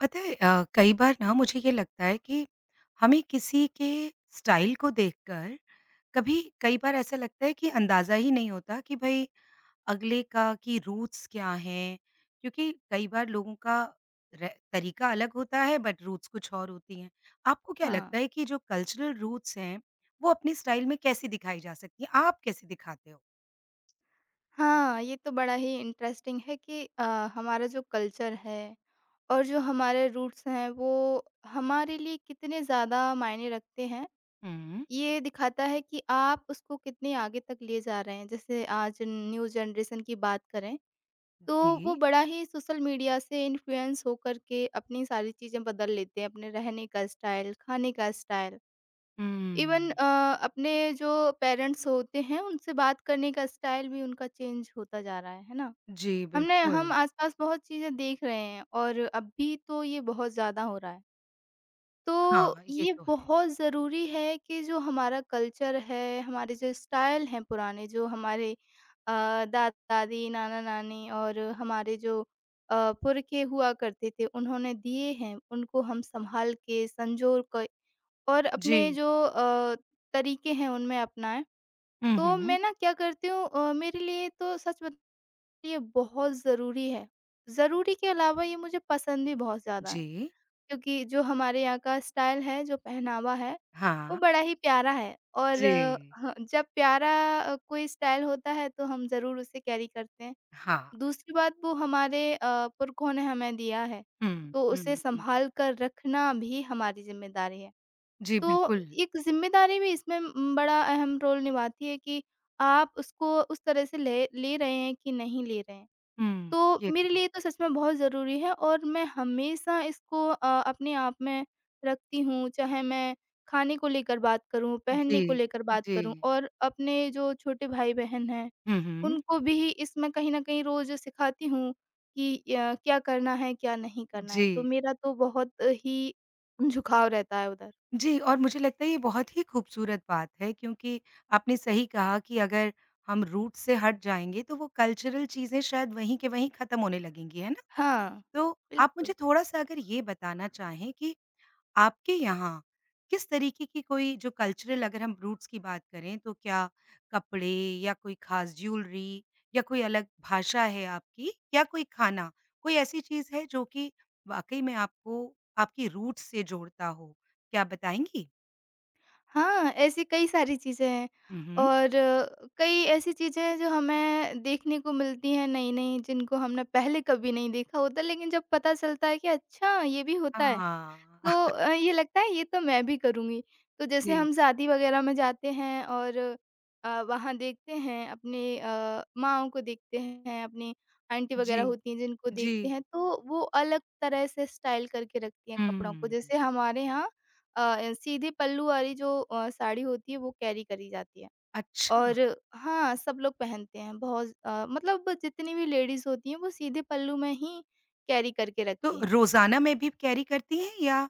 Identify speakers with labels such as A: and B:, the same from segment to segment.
A: पता है कई बार ना मुझे ये लगता है कि हमें किसी के स्टाइल को देखकर कभी कई बार ऐसा लगता है कि अंदाजा ही नहीं होता कि भाई अगले का कि रूट्स क्या हैं, क्योंकि कई बार लोगों का तरीका अलग होता है बट रूट्स कुछ और होती हैं। आपको क्या लगता
B: हाँ।
A: है कि जो कल्चरल रूट्स हैं वो अपने स्टाइल में कैसे दिखाई जा सकती है? आप कैसे दिखाते हो?
B: हाँ, ये तो बड़ा ही इंटरेस्टिंग है कि हमारा जो कल्चर है और जो हमारे रूट्स हैं, वो हमारे लिए कितने ज़्यादा मायने रखते हैं।
A: हम्म।
B: ये दिखाता है कि आप उसको कितने आगे तक ले जा रहे हैं। जैसे आज न्यू जनरेशन की बात करें,
A: जी।
B: तो वो बड़ा ही सोशल मीडिया से इन्फ्लुएंस होकर के अपनी सारी चीज़ें बदल लेते हैं, अपने रहने का स्टाइल, खाने का स्टाइल, इवन
A: हम्म।
B: अपने जो पेरेंट्स होते हैं, उनसे बात करने का स्टाइल भी उनका चेंज होता जा रहा है ना?
A: जी,
B: हमने हम
A: बिल्कुल।
B: आसपास बहुत चीज़ें देख रहे हैं और अभी तो ये बहुत ज़्यादा हो रहा है। तो
A: हाँ, ये
B: ये
A: तो है।
B: बहुत ज़रूरी है कि जो हमारा कल्चर है, हमारे जो स्टाइल हैं पुराने, जो हमारे अ, दादा-दादी, नाना-नानी और हमारे जो पुरखे हुआ करते थे, उन्होंने दिए हैं, उनको हम सँभाल के, संजो क और अपने
A: जी।
B: जो तरीके हैं, उनमें अपनाएँ। तो
A: हम्म।
B: मैं ना क्या करती हूँ अ, मेरे लिए तो सच बत ये बहुत ज़रूरी है। ज़रूरी के अलावा ये मुझे पसंद भी बहुत ज़्यादा है,
A: जी,
B: क्योंकि जो हमारे यहाँ का स्टाइल है, जो पहनावा है, वो
A: हाँ,
B: बड़ा ही प्यारा है और
A: जी,
B: ह जब प्यारा अ, कोई स्टाइल होता है तो हम ज़रूर उसे कैरी करते हैं।
A: हाँ,
B: दूसरी बात वो हमारे पुरखों ने हमें दिया है,
A: हुँ,
B: तो उसे
A: हुँ, हुँ।
B: सँभाल कर रखना भी हमारी ज़िम्मेदारी है।
A: जी,
B: तो
A: बिल्कुल,
B: एक ज़िम्मेदारी भी इसमें बड़ा अहम रोल निभाती है कि आप उसको उस तरह से ले ले रहे हैं कि नहीं ले रहे हैं।
A: हुँ,
B: तो
A: ये तो
B: मेरे
A: है।
B: लिए तो सच में बहुत ज़रूरी है और मैं हमेशा इसको अपने आप में रखती हूँ, चाहे मैं खाने को लेकर बात करूँ,
A: जी,
B: पहनने को लेकर बात
A: जी,
B: करूँ और अपने जो छोटे भाई-बहन हैं,
A: हुँ, हुँ,
B: उनको भी इसमें कहीं न कहीं रोज़ सिखाती हूँ कि क्या करना है, क्या नहीं करना है।
A: जी,
B: तो मेरा तो बहुत ही झुकाव रहता है उधर।
A: जी। और मुझे लगता है ये बहुत ही खूबसूरत बात है, क्योंकि आपने सही कहा कि अगर हम रूट से हट जाएँगे तो वो कल्चरल चीज़ें शायद वहीं के वहीं खत्म होने लगेंगी, है ना?
B: हाँ,
A: तो आप
B: बिल्कुल।
A: मुझे थोड़ा-सा अगर ये बताना चाहें कि आपके यहाँ किस तरीके की कोई जो कल्चरल अगर हम रूट्स की बात करें तो क्या कपड़े या कोई खास ज्वेलरी या कोई अलग भाषा है आपकी या कोई खाना, कोई ऐसी चीज़ है जो कि वाक़ई में आपको आपकी रूट्स से जोड़ता हो? क्या आप बताएँगी?
B: हाँ, ऐसी कई सारी चीज़ें हैं
A: हुँ, हुँ।
B: और कई ऐसी चीज़ें हैं जो हमें देखने को मिलती हैं नई-नई जिनको हमने पहले कभी नहीं देखा होता लेकिन जब पता चलता है कि अच्छा ये भी होता है
A: हाँ।
B: तो ये लगता है ये तो मैं भी करूँगी। तो जैसे
A: जी,
B: हम शादी वग़ैरह में जाते हैं और वहाँ देखते हैं अपने माँओं को देखते हैं, अपनी आंटी
A: जी,
B: वग़ैरह होती हैं जिनको
A: जी।
B: देखते हैं, तो वो अलग तरह से स्टाइल करके रखती हैं कपड़ों को।
A: हुँ,
B: जैसे हमारे यहाँ सीधे पल्लू वाली जो साड़ी होती है वो कैरी करी जाती है
A: अच्छा।
B: और हाँ, सब लोग पहनते हैं बहुत मतलब जितनी भी लेडीज़ होती हैं वो सीधे पल्लू में ही कैरी करके
A: तो
B: रखती हैं।
A: रोज़ाना में भी कैरी करती हैं या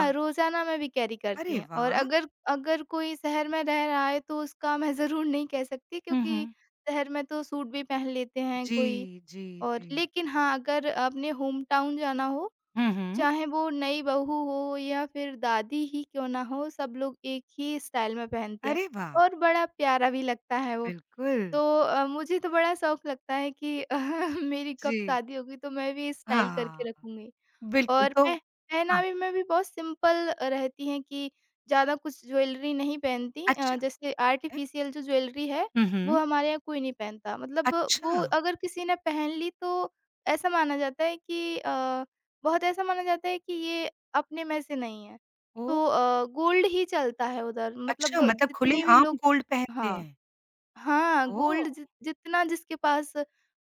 A: अ,
B: रोज़ाना में भी कैरी करती
A: अरे
B: हैं और
A: वाह!
B: अगर अगर कोई शहर में रह रहा है तो उसका मैं ज़रूर नहीं कह सकती
A: हुँ,
B: क्योंकि
A: हुँ।
B: शहर में तो सूट भी पहन लेते हैं
A: जी,
B: कोई
A: जी,
B: और
A: जी।
B: लेकिन हाँ, अगर अपने होम टाउन जाना हो,
A: हुँ, हुँ।
B: चाहे वो नई बहू हो या फिर दादी ही क्यों ना हो, सब लोग एक ही स्टाइल में पहनते हैं
A: अरे वाह!
B: और बड़ा प्यारा भी लगता है वो।
A: बिल्कुल,
B: तो मुझे तो बड़ा शौक लगता है कि मेरी कब
A: जी।
B: शादी होगी तो मैं भी स्टाइल
A: हाँ,
B: करके रखूँगी।
A: बिल्कुल
B: और
A: तो
B: पह
A: हाँ,
B: पहनावे में भी बहुत सिंपल रहती हैं कि ज़्यादा कुछ ज्वेलरी नहीं पहनती
A: अच्छा,
B: जैसे
A: ठीक है।
B: आर्टिफिशियल जो ज्वेलरी है,
A: हुँ,
B: वो
A: हुँ।
B: हमारे यहाँ कोई नहीं पहनता। मतलब वो
A: अच्छा,
B: अगर किसी ने पहन ली तो ऐसा माना जाता है कि अ, बहुत ऐसा माना जाता है कि ये अपने में से नहीं है।
A: ओह!
B: तो गोल्ड ही चलता है उधर
A: अच्छा,
B: मतलब
A: मतलब
B: जितने भी
A: खुलेआम
B: लोग
A: गोल्ड पहनते
B: हाँ।
A: हैं।
B: हाँ,
A: ओह!
B: गोल्ड जि जितना जिसके पास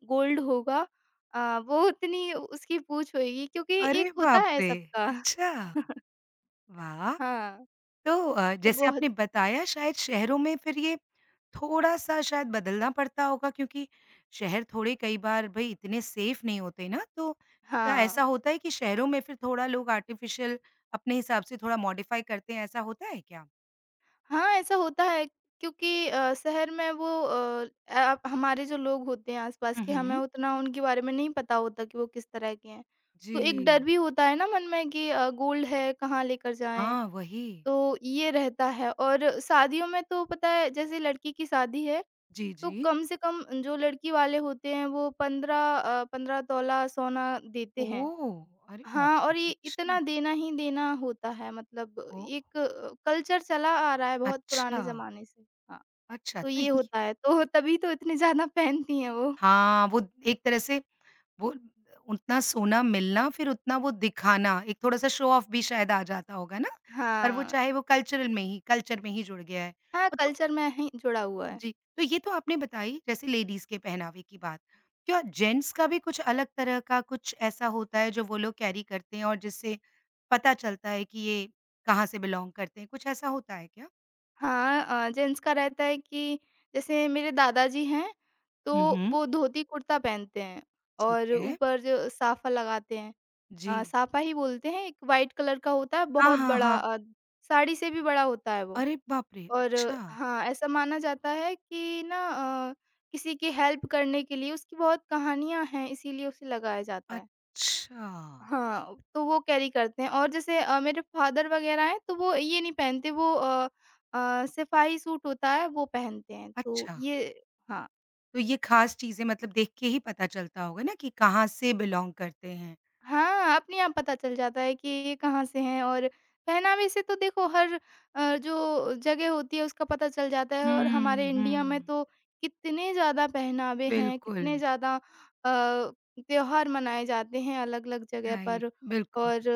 B: गोल्ड होगा वो उतनी उसकी पूँछ होएगी क्योंकि एक
A: अरे
B: होता
A: बाप
B: है
A: रे!
B: सबका।
A: अच्छा, वाह!
B: हाँ,
A: तो
B: तो
A: जैसे
B: बहुत
A: आपने बताया शायद शहरों में फिर ये थोड़ा-सा शायद बदलना पड़ता होगा, क्योंकि शहर थोड़े कई बार भई इतने सेफ नहीं होते ना, तो क्या
B: हाँ।
A: ऐसा होता है कि शहरों में फिर थोड़ा लोग आर्टिफ़िशियल अपने हिसाब से थोड़ा मॉडिफ़ाई करते हैं, ऐसा होता है क्या?
B: हाँ, ऐसा होता है क्योंकि शहर में हमारे जो लोग होते हैं आस-पास
A: हुँ,
B: के हमें
A: हुँ।
B: उतना उनके बारे में नहीं पता होता कि वो किस तरह के हैं। तो एक डर
A: जी।
B: भी होता है ना मन में कि गोल्ड है कहाँ लेकर जाएँ?
A: हाँ, वही।
B: तो ये रहता है और शादियों में तो पता है जैसे लड़की की शादी है
A: जी,
B: तो
A: जी।
B: कम से कम जो लड़की वाले होते हैं वो 15 तोला सोना देते हैं।
A: ओह! अरे बाप
B: हाँ,
A: रे!
B: और ये इतना
A: अच्छा,
B: देना ही देना होता है मतलब
A: ओह!
B: एक कल्चर चला आ रहा है बहुत
A: अच्छा,
B: पुराने ज़माने से। हाँ,
A: अच्छा
B: तो
A: तो
B: ये
A: ये
B: होता है तो तभी तो इतनी ज़्यादा पहनती हैं वो।
A: हाँ, वो एक तरह से वो उतना सोना मिलना फिर उतना वो दिखाना, एक थोड़ा-सा शो ऑफ भी शायद आ जाता होगा ना? पर वो
B: हाँ,
A: चाहे वो कल्चरल में ही कल्चर में ही जुड़ गया है।
B: हाँ, कल्चर में ही जुड़ा हुआ है।
A: जी, तो ये तो आपने बताई जैसे लेडीज़ के पहनावे की बात। क्या जेंट्स का भी कुछ अलग तरह का कुछ ऐसा होता है जो वो लोग कैरी करते हैं और जिससे पता चलता है कि ये कहाँ से बिलॉन्ग करते हैं, कुछ ऐसा होता है क्या?
B: हाँ, जेंट्स का रहता है कि जैसे मेरे दादाजी हैं,
A: हुँ,
B: तो
A: हुँ,
B: वो धोती कुर्ता पहनते हैं
A: ठीक
B: और
A: है।
B: ऊपर जो साफा लगाते हैं।
A: जी।
B: अ, सापा ही बोलते हैं, एक वाइट कलर का होता है,
A: हाँ,
B: बहुत
A: हाँ,
B: बड़ा
A: हाँ।
B: साड़ी से भी बड़ा होता है वो।
A: अरे बाप रे!
B: और
A: अच्छा।
B: हाँ, ऐसा माना जाता है कि ना अ, किसी की हेल्प करने के लिए उसकी बहुत कहानियाँ हैं, इसीलिए उसे लगाया जाता है।
A: अच्छा।
B: हाँ, तो वो कैरी करते हैं और जैसे मेरे फादर वगैरह हैं, तो वो ये नहीं पहनते, सिपाही सूट होता है, वो पहनते हैं। तो
A: अच्छा,
B: ये हाँ।
A: तो ये ख़ास चीज़ें मतलब देख के ही पता चलता होगा ना कि कहाँ से बिलॉन्ग करते हैं।
B: हाँ, अपने आप पता चल जाता है कि ये कहाँ से हैं और पहनावे से तो देखो हर जो जगह होती है उसका पता चल जाता है और
A: हुँ,
B: हमारे इंडिया में
A: हुँ।
B: तो कितने ज़्यादा पहनावे हैं,
A: बिल्कुल,
B: कितने ज़्यादा त्योहार मनाए जाते हैं अलग-अलग जगह
A: राइट,
B: पर
A: बिल्कुल,
B: और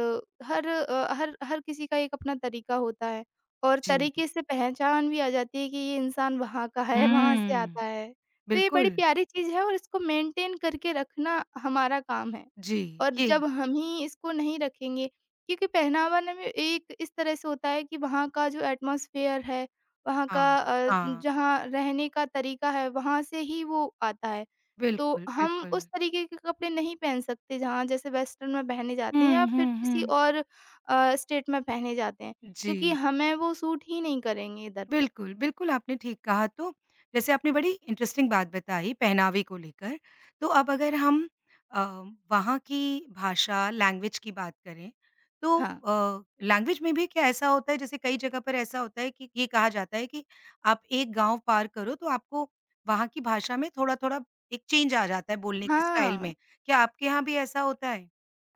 B: हर अ, हर हर किसी का एक अपना तरीका होता है और
A: जी।
B: तरीके से पहचान भी आ जाती है कि ये इंसान वहाँ का है, वहाँ से
A: हुँ,
B: आता है। तो ये बड़ी
A: बिल्कुल।
B: प्यारी चीज़ है और इसको मेंटेन करके रखना हमारा काम है।
A: जी,
B: और
A: ये
B: जब हम ही इसको नहीं रखेंगे क्योंकि पहनावा ना में एक इस तरह से होता है कि वहाँ का जो एटमॉस्फेयर है, वहाँ
A: हाँ,
B: का
A: हाँ,
B: जहाँ रहने का तरीका है, वहाँ से ही वो आता है। तो
A: बिल्कुल,
B: हम
A: बिल्कुल।
B: उस तरीके के कपड़े नहीं पहन सकते जहाँ जैसे वेस्टर्न में पहने जाते हैं
A: हुँ,
B: या फिर
A: हुँ,
B: किसी
A: हुँ।
B: और स्टेट में पहने जाते हैं,
A: जी।
B: क्योंकि हमें वो सूट ही नहीं करेंगे इधर पर।
A: बिल्कुल, बिल्कुल आपने ठीक कहा। तो जैसे आपने बड़ी इंटरेस्टिंग बात बताई पहनावे को लेकर, तो अब अगर हम अ, वहाँ की भाषा लैंग्वेज की बात करें, तो
B: हाँ।
A: लैंग्वेज में भी क्या ऐसा होता है जैसे कई जगह पर ऐसा होता है कि ये कहा जाता है कि आप एक गाँव पार करो तो आपको वहाँ की भाषा में थोड़ा-थोड़ा एक चेंज आ जाता है बोलने के स्टाइल
B: हाँ।
A: में, क्या आपके यहाँ भी ऐसा होता है?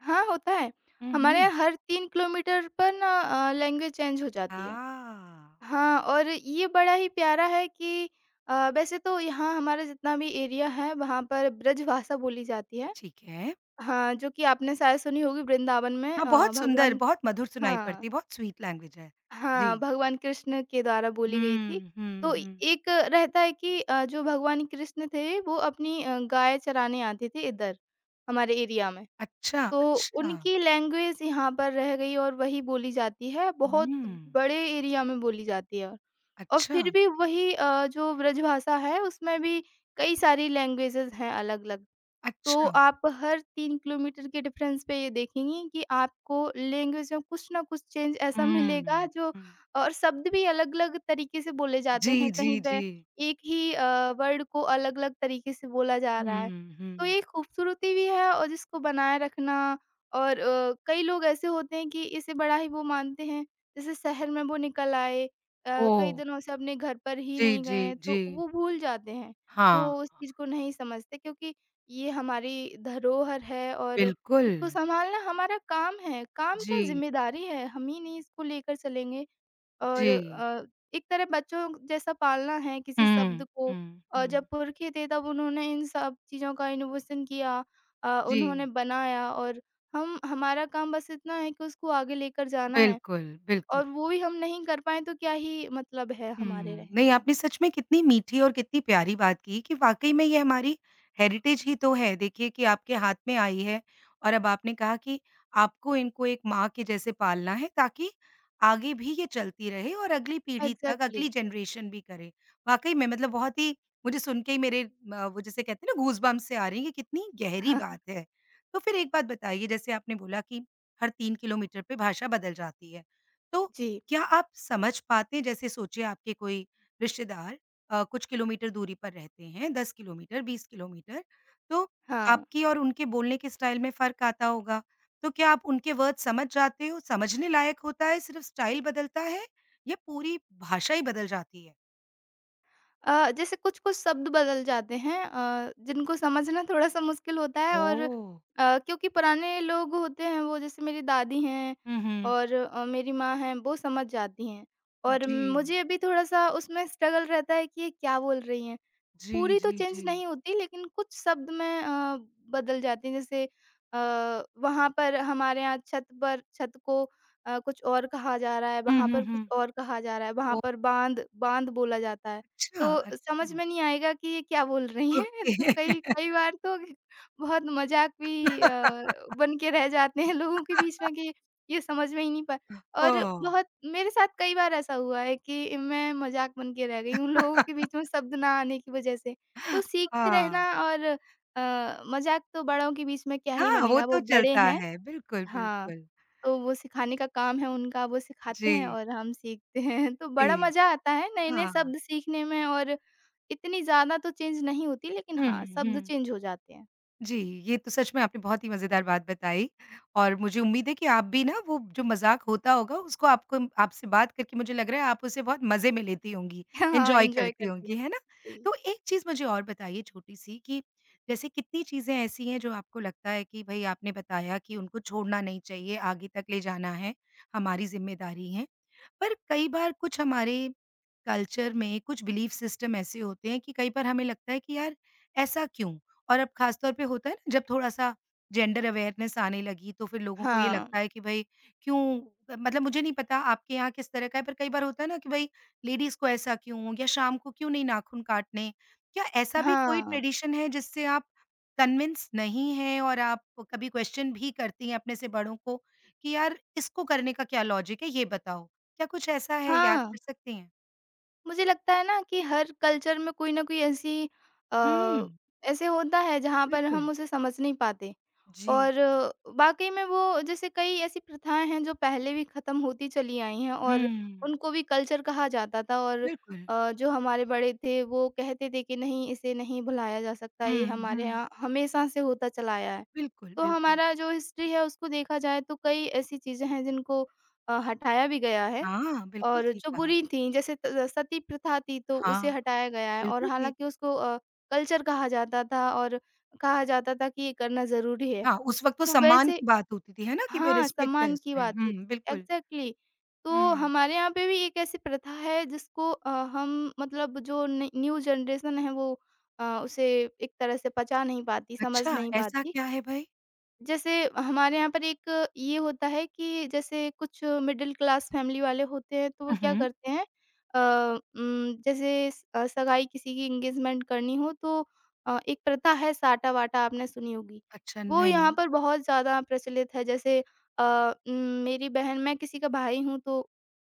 B: हाँ, होता है।
A: हुँ,
B: हमारे यहाँ
A: हुँ।
B: हर 3 किलोमीटर पर ना लैंग्वेज चेंज हो जाती है।
A: हाँ,
B: हाँ, और ये बड़ा ही प्यारा है कि वैसे तो यहाँ हमारा जितना भी एरिया है वहाँ पर ब्रजभाषा बोली जाती है।
A: ठीक है।
B: हाँ, जो कि आपने शायद सुनी होगी वृंदावन में
A: हाँ, बहुत सुंदर,
B: भगवान
A: बहुत मधुर सुनाई
B: हाँ,
A: पड़ती है, बहुत स्वीट लैंग्वेज है। जी।
B: हाँ, भगवान कृष्ण के द्वारा बोली गई थी।
A: हुँ, हुँ,
B: तो
A: हुँ।
B: एक रहता है कि जो भगवान कृष्ण थे वो अपनी गाय चराने आते थे इधर, हमारे एरिया में।
A: अच्छा,
B: तो
A: अच्छा।
B: उनकी लैंग्वेज यहाँ पर रह गई और वही बोली जाती है, बहुत
A: हुँ।
B: बड़े एरिया में बोली जाती है। और
A: अच्छा,
B: फिर भी वही जो ब्रजभाषा है उसमें भी कई सारी लैंग्वेजेज़ हैं अलग-अलग। तो
A: अच्छा।
B: आप हर 3 किलोमीटर के डिफरेंस पे ये देखेंगी कि आपको लैंग्वेज में कुछ ना कुछ चेंज ऐसा मिलेगा
A: हुँ,
B: जो
A: हुँ।
B: और शब्द भी अलग-अलग तरीके से बोले जाते
A: जी,
B: हैं,
A: जी,
B: कहीं पे
A: जी।
B: एक ही वर्ड को अलग-अलग तरीके से बोला जा रहा है।
A: हुँ,
B: तो
A: हुँ।
B: ये खूबसूरती भी है और जिसको बनाए रखना और कई लोग ऐसे होते हैं कि इसे बड़ा ही वो मानते हैं, जैसे शहर में वो निकल आए
A: ओह!
B: कई दिनों से अपने घर पर ही
A: जी,
B: नहीं गए
A: जी,
B: हैं,
A: जी।
B: तो वो भूल जाते हैं। वो
A: हाँ,
B: उस चीज़ को नहीं समझते क्योंकि ये हमारी धरोहर है और
A: बिल्कुल।
B: इसको सँभालना हमारा काम है। काम क्या
A: जी,
B: ज़िम्मेदारी है, हम ही नहीं इसको लेकर चलेंगे और
A: जी।
B: एक तरह बच्चों जैसा पालना है किसी शब्द
A: हुँ,
B: को
A: हुँ,
B: जब
A: हुँ।
B: पुरखे थे तब उन्होंने इन सब चीज़ों का इनोवेशन किया उन्होंने
A: जी,
B: बनाया और हम हमारा काम बस इतना है कि उसको आगे लेकर जाना है
A: बिल्कुल, बिल्कुल।
B: और वो भी हम नहीं कर पाएँ तो क्या ही मतलब है
A: हुँ।
B: हमारे रहने
A: नहीं,
B: का।
A: आपने सच में कितनी मीठी और कितनी प्यारी बात की कि वाक़ई में ये हमारी हेरिटेज ही तो है। देखिए कि आपके हाथ में आई है और अब आपने कहा कि आपको इनको एक माँ के जैसे पालना है ताकि आगे भी ये चलती रहे और अगली पीढ़ी तक,
B: एग्ज़ैक्टली।
A: अगली जनरेशन भी करे। वाक़ई में मतलब बहुत ही मुझे सुन के ही मेरे वो जिसे कहते हैं ना गूज़ बम्प्स से आ रही हैं, ये कितनी गहरी
B: हाँ,
A: बात है। तो फिर एक बात बताइए जैसे आपने बोला कि हर 3 किलोमीटर पे भाषा बदल जाती है। तो
B: जी,
A: क्या आप समझ पाते हैं जैसे सोचिए आपके कोई रिश्तेदार कुछ किलोमीटर दूरी पर रहते हैं, 10 किलोमीटर, 20 किलोमीटर, तो
B: हाँ।
A: आपकी और उनके बोलने के स्टाइल में फ़र्क आता होगा। तो क्या आप उनके वर्ड समझ जाते हो? समझने लायक होता है, सिर्फ़ स्टाइल बदलता है या पूरी भाषा ही बदल जाती है?
B: अ, जैसे कुछ-कुछ शब्द बदल जाते हैं जिनको समझना थोड़ा-सा मुश्किल होता है और
A: ओह!
B: क्योंकि पुराने लोग होते हैं वो जैसे मेरी दादी हैं
A: हुँ, हुँ।
B: और मेरी माँ हैं वो समझ जाती हैं और
A: जी।
B: मुझे अभी थोड़ा-सा उसमें स्ट्रगल रहता है कि ये क्या बोल रही हैं।
A: जी,
B: पूरी तो
A: जी,
B: चेंज
A: जी।
B: नहीं होती लेकिन कुछ शब्द में बदल जाते हैं जैसे वहाँ पर हमारे यहाँ छत पर छत को कुछ और कहा जा रहा है,
A: हुँ,
B: वहाँ पर
A: हुँ,
B: कुछ
A: हुँ।
B: और कहा जा रहा है, वहाँ
A: ओह!
B: पर बाँध बाँध बोला जाता है।
A: अच्छा,
B: तो समझ
A: अच्छा।
B: में नहीं आएगा कि ये क्या बोल रही हैं। तो
A: ओके।
B: कई कई बार तो बहुत मज़ाक भी बन के रह जाते हैं लोगों के बीच में कि ये समझ में ही नहीं पा और
A: ओह!
B: बहुत मेरे साथ कई बार ऐसा हुआ है कि मैं मज़ाक बन के रह गई हूँ लोगों के बीच में शब्द ना आने की वज़ह से। तो सीखते रहना
A: हाँ।
B: और मज़ाक तो बड़ों के बीच में क्या ही
A: हाँ, वो
B: बनेगा, वो
A: तो
B: बड़े
A: चलता
B: हैं।
A: है। बिल्कुल,
B: हाँ,
A: बिल्कुल।
B: तो वो सिखाने का काम है उनका, वो सिखाते हैं
A: जी,
B: और हम सीखते हैं। तो
A: जी।
B: बड़ा मज़ा आता है नए-नए
A: हाँ।
B: शब्द सीखने में और इतनी ज़्यादा तो चेंज नहीं होती लेकिन
A: हुँ,
B: हाँ, शब्द
A: हुँ।
B: चेंज हो जाते हैं।
A: जी, ये तो सच में आपने बहुत ही मज़ेदार बात बताई और मुझे उम्मीद है कि आप भी ना वो जो मज़ाक होता होगा उसको आपको आपसे बात करके मुझे लग रहा है आप उसे बहुत मज़े में लेती होंगी,
B: हाँ,
A: एन्जॉय
B: एन्जॉय
A: करती
B: करती
A: होंगी,
B: हूँ।
A: है ना?
B: जी।
A: तो एक चीज़ मुझे और बताइए छोटी-सी कि जैसे कितनी चीज़ें ऐसी हैं जो आपको लगता है कि भई आपने बताया कि उनको छोड़ना नहीं चाहिए, आगे तक ले जाना है, हमारी ज़िम्मेदारी है। पर कई बार कुछ हमारे कल्चर में कुछ बिलीफ सिस्टम ऐसे होते हैं कि कई बार हमें लगता है कि यार ऐसा क्यों? और अब खास तौर पे होता है ना जब थोड़ा-सा जेंडर अवेयरनेस आने लगी तो फिर लोगों को ये
B: हाँ।
A: लगता है कि भई क्यों? मतलब मुझे नहीं पता आपके यहाँ किस तरह का है, पर कई बार होता है ना कि भई लेडीज़ को ऐसा क्यों या शाम को क्यों नहीं नाखून काटने? क्या ऐसा भी कोई
B: हाँ।
A: ट्रेडिशन है जिससे आप कन्विंस नहीं हैं और आप कभी क्वेश्चन भी करती हैं अपने से बड़ों को कि यार इसको करने का क्या लॉजिक है, ये बताओ? क्या कुछ ऐसा है याद
B: हाँ।
A: कर सकती हैं?
B: मुझे लगता है ना कि हर कल्चर में कोई ना कोई
A: हुँ,
B: अ, ऐसे होता है जहाँ पर हम
A: बिल्कुल।
B: उसे समझ नहीं पाते
A: जी।
B: और वाक़ई में वो जैसे कई ऐसी प्रथाएँ हैं जो पहले भी ख़त्म होती चली आई हैं और
A: हुँ,
B: उनको भी कल्चर कहा जाता था और
A: बिल्कुल।
B: जो हमारे बड़े थे वो कहते थे कि नहीं इसे नहीं भुलाया जा सकता,
A: हुँ,
B: ये हमारे
A: हुँ।
B: यहाँ हमेशा से होता चला आया है।
A: बिल्कुल,
B: तो
A: बिल्कुल।
B: हमारा जो हिस्ट्री है उसको देखा जाए तो कई ऐसी चीज़ें हैं जिनको हटाया भी गया है।
A: हाँ, बिल्कुल
B: और
A: ठीक
B: जो
A: कहा।
B: बुरी थीं जैसे त सती प्रथा थी तो उसे
A: हाँ,
B: हटाया गया है और
A: बिल्कुल ठीक।
B: हालाँकि उसको कल्चर कहा जाता था और कहा जाता था कि ये करना ज़रूरी है।
A: हाँ, उस वक़्त तो
B: तो
A: सम्मान
B: वैसे
A: की बात होती थी, है ना? कि भई
B: हाँ,
A: रिस्पेक्ट है
B: सम्मान की
A: उसमें।
B: बात
A: हुँ,
B: होती है।
A: बिल्कुल।
B: एग्ज़ैक्टली। तो
A: हुँ।
B: हमारे यहाँ पे भी एक ऐसी प्रथा है जिसको हम मतलब जो न न्यू जनरेशन है वो उसे एक तरह से पचा नहीं पाती, समझ
A: अच्छा,
B: नहीं
A: ऐसा
B: पाती।
A: क्या है भई?
B: जैसे हमारे यहाँ पर एक ये होता है कि जैसे कुछ मिडिल क्लास फैमिली वाले होते हैं तो वो
A: हुँ,
B: क्या
A: हुँ।
B: करते हैं अ, जैसे सगाई किसी की एंगेजमेंट करनी हो तो एक प्रथा है साटा-वाटा आपने सुनी होगी।
A: अच्छा,
B: वो यहाँ
A: नहीं।
B: पर बहुत ज़्यादा प्रचलित है जैसे अ, उम, मेरी बहन मैं किसी का भाई हूँ तो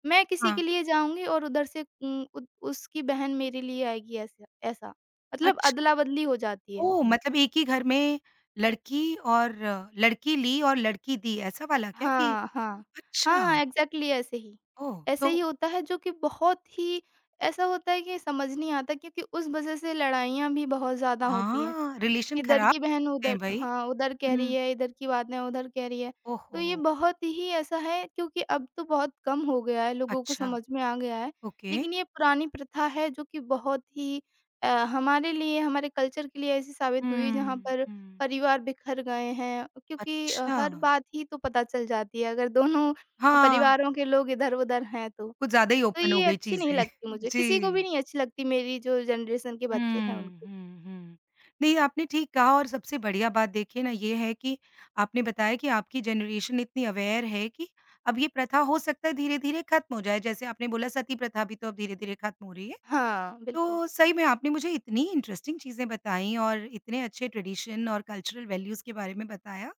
B: मैं किसी
A: हाँ,
B: के लिए जाऊँगी और उधर से उम, उद उसकी बहन मेरे लिए आएगी ऐसा ऐसा। मतलब
A: अच्छ
B: अदला-बदली हो जाती है।
A: ओह! मतलब एक ही घर में लड़की और लड़की ली और लड़की दी, ऐसा वाला क्या कि
B: हाँ, हाँ। हाँ, हाँ,
A: अच्छा,
B: एग्ज़ैक्टली ऐसे ही।
A: ओह!
B: ऐसे
A: तो
B: ही होता है जो कि बहुत ही ऐसा होता है कि समझ नहीं आता क्योंकि उस वज़ह से लड़ाइयाँ भी बहुत ज़्यादा होती हैं।
A: हाँ, रिलेशन
B: इधर
A: खराब
B: की
A: हो
B: बहन
A: सकते
B: उधर
A: हैं भई।
B: हाँ, उधर कह रही
A: हुँ।
B: है, इधर की बातें उधर कह रही है। तो
A: ओहो!
B: ये बहुत ही ऐसा है क्योंकि अब तो बहुत कम हो गया है, लोगों को
A: अच्छा,
B: समझ में आ गया है।
A: ओके।
B: लेकिन ये पुरानी प्रथा है जो कि बहुत ही हमारे लिए, हमारे कल्चर के लिए ऐसी साबित हुई जहाँ
A: हुँ,
B: पर
A: हुँ।
B: परिवार बिखर गए हैं क्योंकि
A: अच्छा,
B: हर बात ही तो पता चल जाती है अगर दोनों
A: हाँ,
B: परिवारों के लोग इधर-उधर हैं तो।
A: कुछ ज़्यादा ही
B: तो
A: ओपन हो
B: ये
A: गई
B: अच्छी नहीं
A: चीज़ें।
B: लगती मुझे, किसी को भी
A: जी।
B: नहीं अच्छी लगती मेरी जो जनरेशन के बच्चे हैं
A: हुँ,
B: उनको।
A: हुँ, हुँ। नहीं, आपने ठीक कहा और सबसे बढ़िया बात देखिए ना ये है कि आपने बताया कि आपकी जनरेशन इतनी अवेयर है कि अब ये प्रथा हो सकता है धीरे-धीरे खत्म हो जाए, जैसे आपने बोला सती प्रथा भी तो अब धीरे-धीरे खत्म हो रही है।
B: हाँ, बिल्कुल।
A: तो सही में आपने मुझे इतनी इंटरेस्टिंग चीज़ें बताई और इतने अच्छे ट्रेडिशन और कल्चरल वैल्यूज़ के बारे में बताया।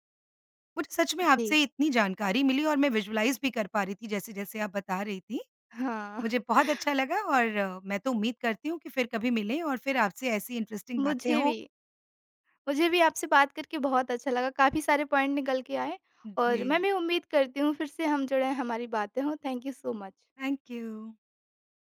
A: मुझे सच में
B: जी।
A: आपसे इतनी जानकारी मिली और मैं विजुअलाइज़ भी कर पा रही थी जैसे-जैसे आप बता रही थीं।
B: हाँ,
A: मुझे बहुत अच्छा लगा और मैं तो उम्मीद करती हूँ कि फिर कभी मिलें और फिर आपसे ऐसी इंटरेस्टिंग बातें
B: मुझे
A: हों।
B: भी। मुझे भी आपसे बात करके बहुत अच्छा लगा, काफ़ी सारे पॉइंट निकल के आए और मैं
A: जी,
B: भी उम्मीद करती हूँ फिर से हम जुड़े, हमारी बातें हों। Thank you so much.
A: Thank you.